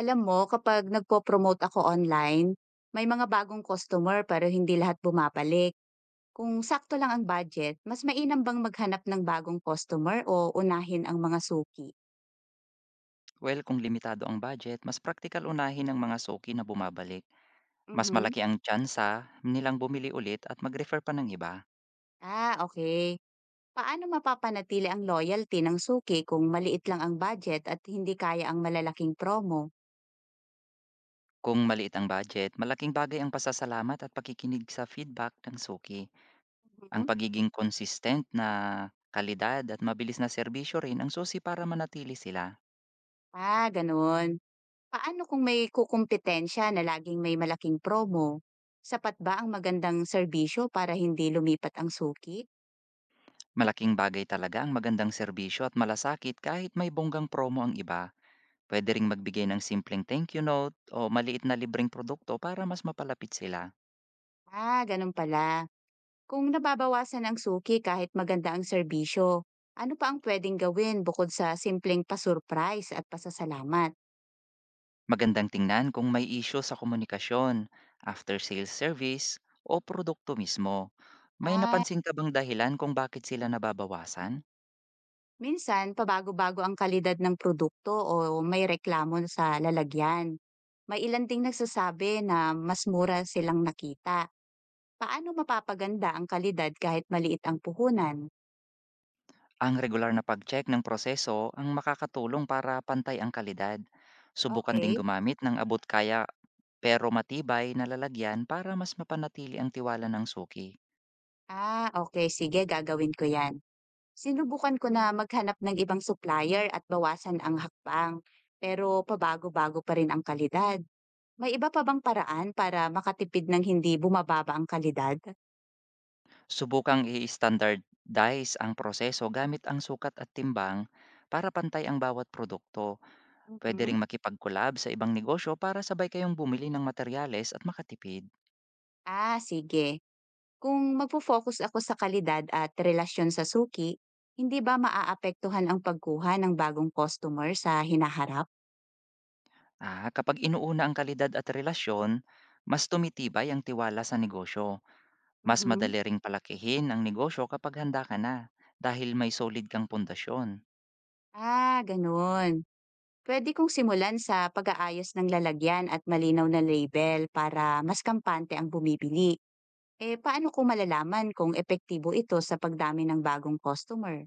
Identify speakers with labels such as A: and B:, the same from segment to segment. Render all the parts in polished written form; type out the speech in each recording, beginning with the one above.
A: Alam mo, kapag nagpo-promote ako online, may mga bagong customer pero hindi lahat bumabalik. Kung sakto lang ang budget, mas mainam bang maghanap ng bagong customer o unahin ang mga suki?
B: Well, kung limitado ang budget, mas praktikal unahin ang mga suki na bumabalik. Mas
A: Mhm.
B: malaki ang tsansa nilang bumili ulit at mag-refer pa ng iba.
A: Ah, okay. Paano mapapanatili ang loyalty ng suki kung maliit lang ang budget at hindi kaya ang malalaking promo?
B: Kung maliit ang budget, malaking bagay ang pasasalamat at pakikinig sa feedback ng suki. Ang
A: Mhm.
B: pagiging consistent na kalidad at mabilis na serbisyo rin ang susi para manatili sila.
A: Ah, ganun. Paano kung may kukumpetensya na laging may malaking promo? Sapat ba ang magandang serbisyo para hindi lumipat ang suki?
B: Malaking bagay talaga ang magandang serbisyo at malasakit kahit may bonggang promo ang iba. Pwede ring magbigay ng simpleng thank you note o maliit na libreng produkto para mas mapalapit sila.
A: Ah, ganun pala. Kung nababawasan ang suki kahit maganda ang serbisyo, ano pa ang pwedeng gawin bukod sa simpleng pasurprise at pasasalamat?
B: Magandang tingnan kung may isyo sa komunikasyon, after sales service, o produkto mismo. May
A: Ah,
B: napansin ka bang dahilan kung bakit sila nababawasan?
A: minsan pabago-bago ang kalidad ng produkto o may reklamo sa lalagyan. May ilan ding nagsasabi na mas mura silang nakita. Paano mapapaganda ang kalidad kahit maliit ang puhunan?
B: Ang regular na pag-check ng proseso ang makakatulong para pantay ang kalidad. Subukan ding
A: Okay.
B: gumamit ng abot kaya pero matibay na lalagyan para mas mapanatili ang tiwala ng suki.
A: Ah, okay. Sige, gagawin ko yan. Sinubukan ko na maghanap ng ibang supplier at bawasan ang hakbang, pero pabago-bago pa rin ang kalidad. May iba pa bang paraan para makatipid ng hindi bumababa ang kalidad?
B: Subukang i-standardize ang proseso gamit ang sukat at timbang para pantay ang bawat produkto. Pwede
A: Mhm.
B: ring makipag-collab sa ibang negosyo para sabay kayong bumili ng materyales at makatipid.
A: Ah, sige. Kung magpo-focus ako sa kalidad at relasyon sa suki, hindi ba maaapektuhan ang pagkuha ng bagong customer sa hinaharap?
B: Ah, kapag inuuna ang kalidad at relasyon, mas tumitibay ang tiwala sa negosyo. Mas
A: Mhm.
B: madali ring palakihin ang negosyo kapag handa ka na, dahil may solid kang pundasyon.
A: Ah, ganun. Pwede kong simulan sa pag-aayos ng lalagyan at malinaw na label para mas kampante ang bumibili. Eh, paano ko malalaman kung epektibo ito sa pagdami ng bagong customer?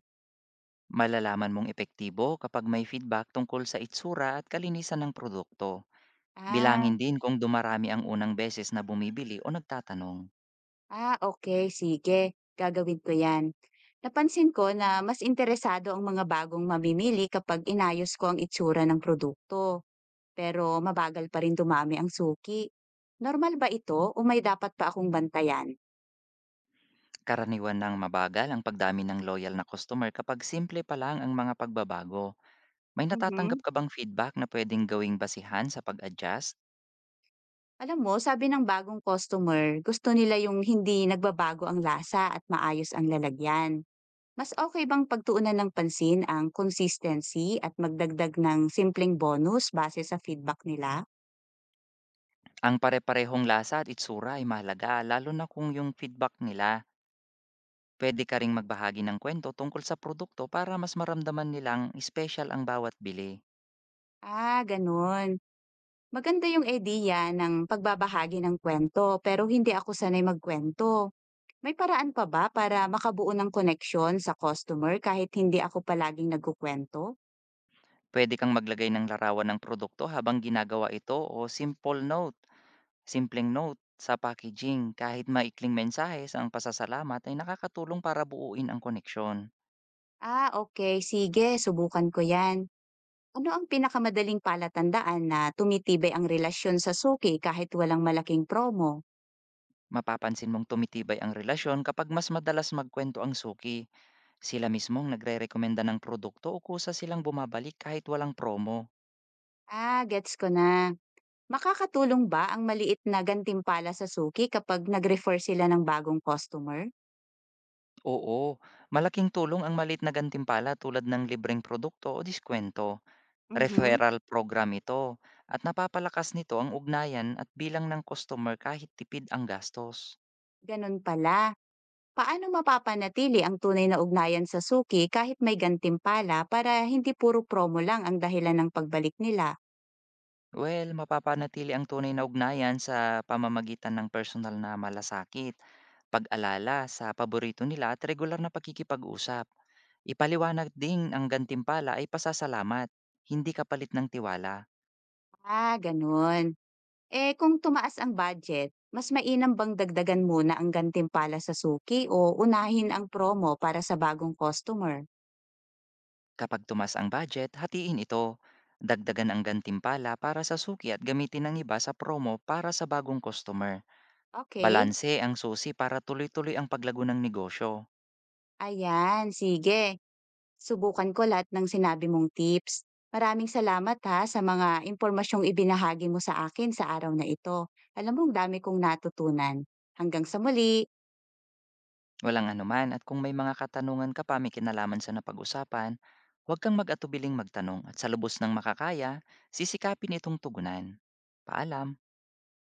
B: Malalaman mong epektibo kapag may feedback tungkol sa itsura at kalinisan ng produkto.
A: Ah,
B: Bilangin din kung dumarami ang unang beses na bumibili o nagtatanong.
A: okay, sige, gagawin ko 'yan. Napansin ko na mas interesado ang mga bagong mamimili kapag inayos ko ang itsura ng produkto, pero mabagal pa rin dumami ang suki. Normal ba ito o may dapat pa akong bantayan?
B: Karaniwan ng mabagal ang pagdami ng loyal na customer kapag simple pa lang ang mga pagbabago. May natatanggap
A: Mhm.
B: ka bang feedback na pwedeng gawing basihan sa pag-adjust?
A: Alam mo, sabi ng bagong customer, gusto nila yung hindi nagbabago ang lasa at maayos ang lalagyan. Mas okay bang pagtuunan ng pansin ang consistency at magdagdag ng simpleng bonus base sa feedback nila?
B: Ang pare-parehong lasa at itsura ay mahalaga, lalo na kung yung feedback nila. Pwede ka ring magbahagi ng kwento tungkol sa produkto para mas maramdaman nilang special ang bawat bili.
A: Ah, gano'n. Maganda yung idea ng pagbabahagi ng kwento pero hindi ako sanay magkwento. May paraan pa ba para makabuo ng koneksyon sa customer kahit hindi ako palaging nagkukuwento?
B: Pwede kang maglagay ng larawan ng produkto habang ginagawa ito, o simple note. Simpleng note sa packaging, kahit maikling mensahe sa ang pasasalamat, ay nakakatulong para buuin ang koneksyon.
A: Ah, okay. Sige, subukan ko yan. Ano ang pinakamadaling palatandaan na tumitibay ang relasyon sa suki kahit walang malaking promo?
B: Mapapansin mong tumitibay ang relasyon kapag mas madalas magkwento ang suki. Sila mismong nagre-rekomenda ng produkto o kusa silang bumabalik kahit walang promo.
A: Ah, gets ko na. Makakatulong ba ang maliit na gantimpala sa suki kapag nag-refer sila ng bagong customer?
B: Oo, malaking tulong ang malit na gantimpala, tulad ng libreng produkto o diskwento.
A: Mhm.
B: Referral program ito, at napapalakas nito ang ugnayan at bilang ng customer kahit tipid ang gastos.
A: Ganun pala. Paano mapapanatili ang tunay na ugnayan sa suki kahit may gantimpala para hindi puro promo lang ang dahilan ng pagbalik nila?
B: Well, mapapanatili ang tunay na ugnayan sa pamamagitan ng personal na malasakit, pag-alala sa paborito nila, at regular na pakikipag-usap. Ipaliwanag ding ang gantimpala ay pasasalamat, hindi kapalit ng tiwala.
A: Ah, ganun. Eh kung tumaas ang budget, mas mainam bang dagdagan muna ang gantimpala sa suki o unahin ang promo para sa bagong customer?
B: Kapag tumas ang budget, hatiin ito. Dagdagan ang gantimpala para sa suki, at gamitin ng iba sa promo para sa bagong customer.
A: Okay,
B: Balanse ang susi para tuloy-tuloy ang paglago ng negosyo.
A: ayan, sige. Subukan ko lahat ng sinabi mong tips. Maraming salamat ha sa mga impormasyong ibinahagi mo sa akin sa araw na ito. Alam mo, ang dami kong natutunan. Hanggang sa muli!
B: Walang anuman, at kung may mga katanungan ka pa may kinalaman sa napag-usapan, huwag kang mag-atubiling magtanong, at sa lubos ng makakaya, sisikapin itong tugunan. Paalam!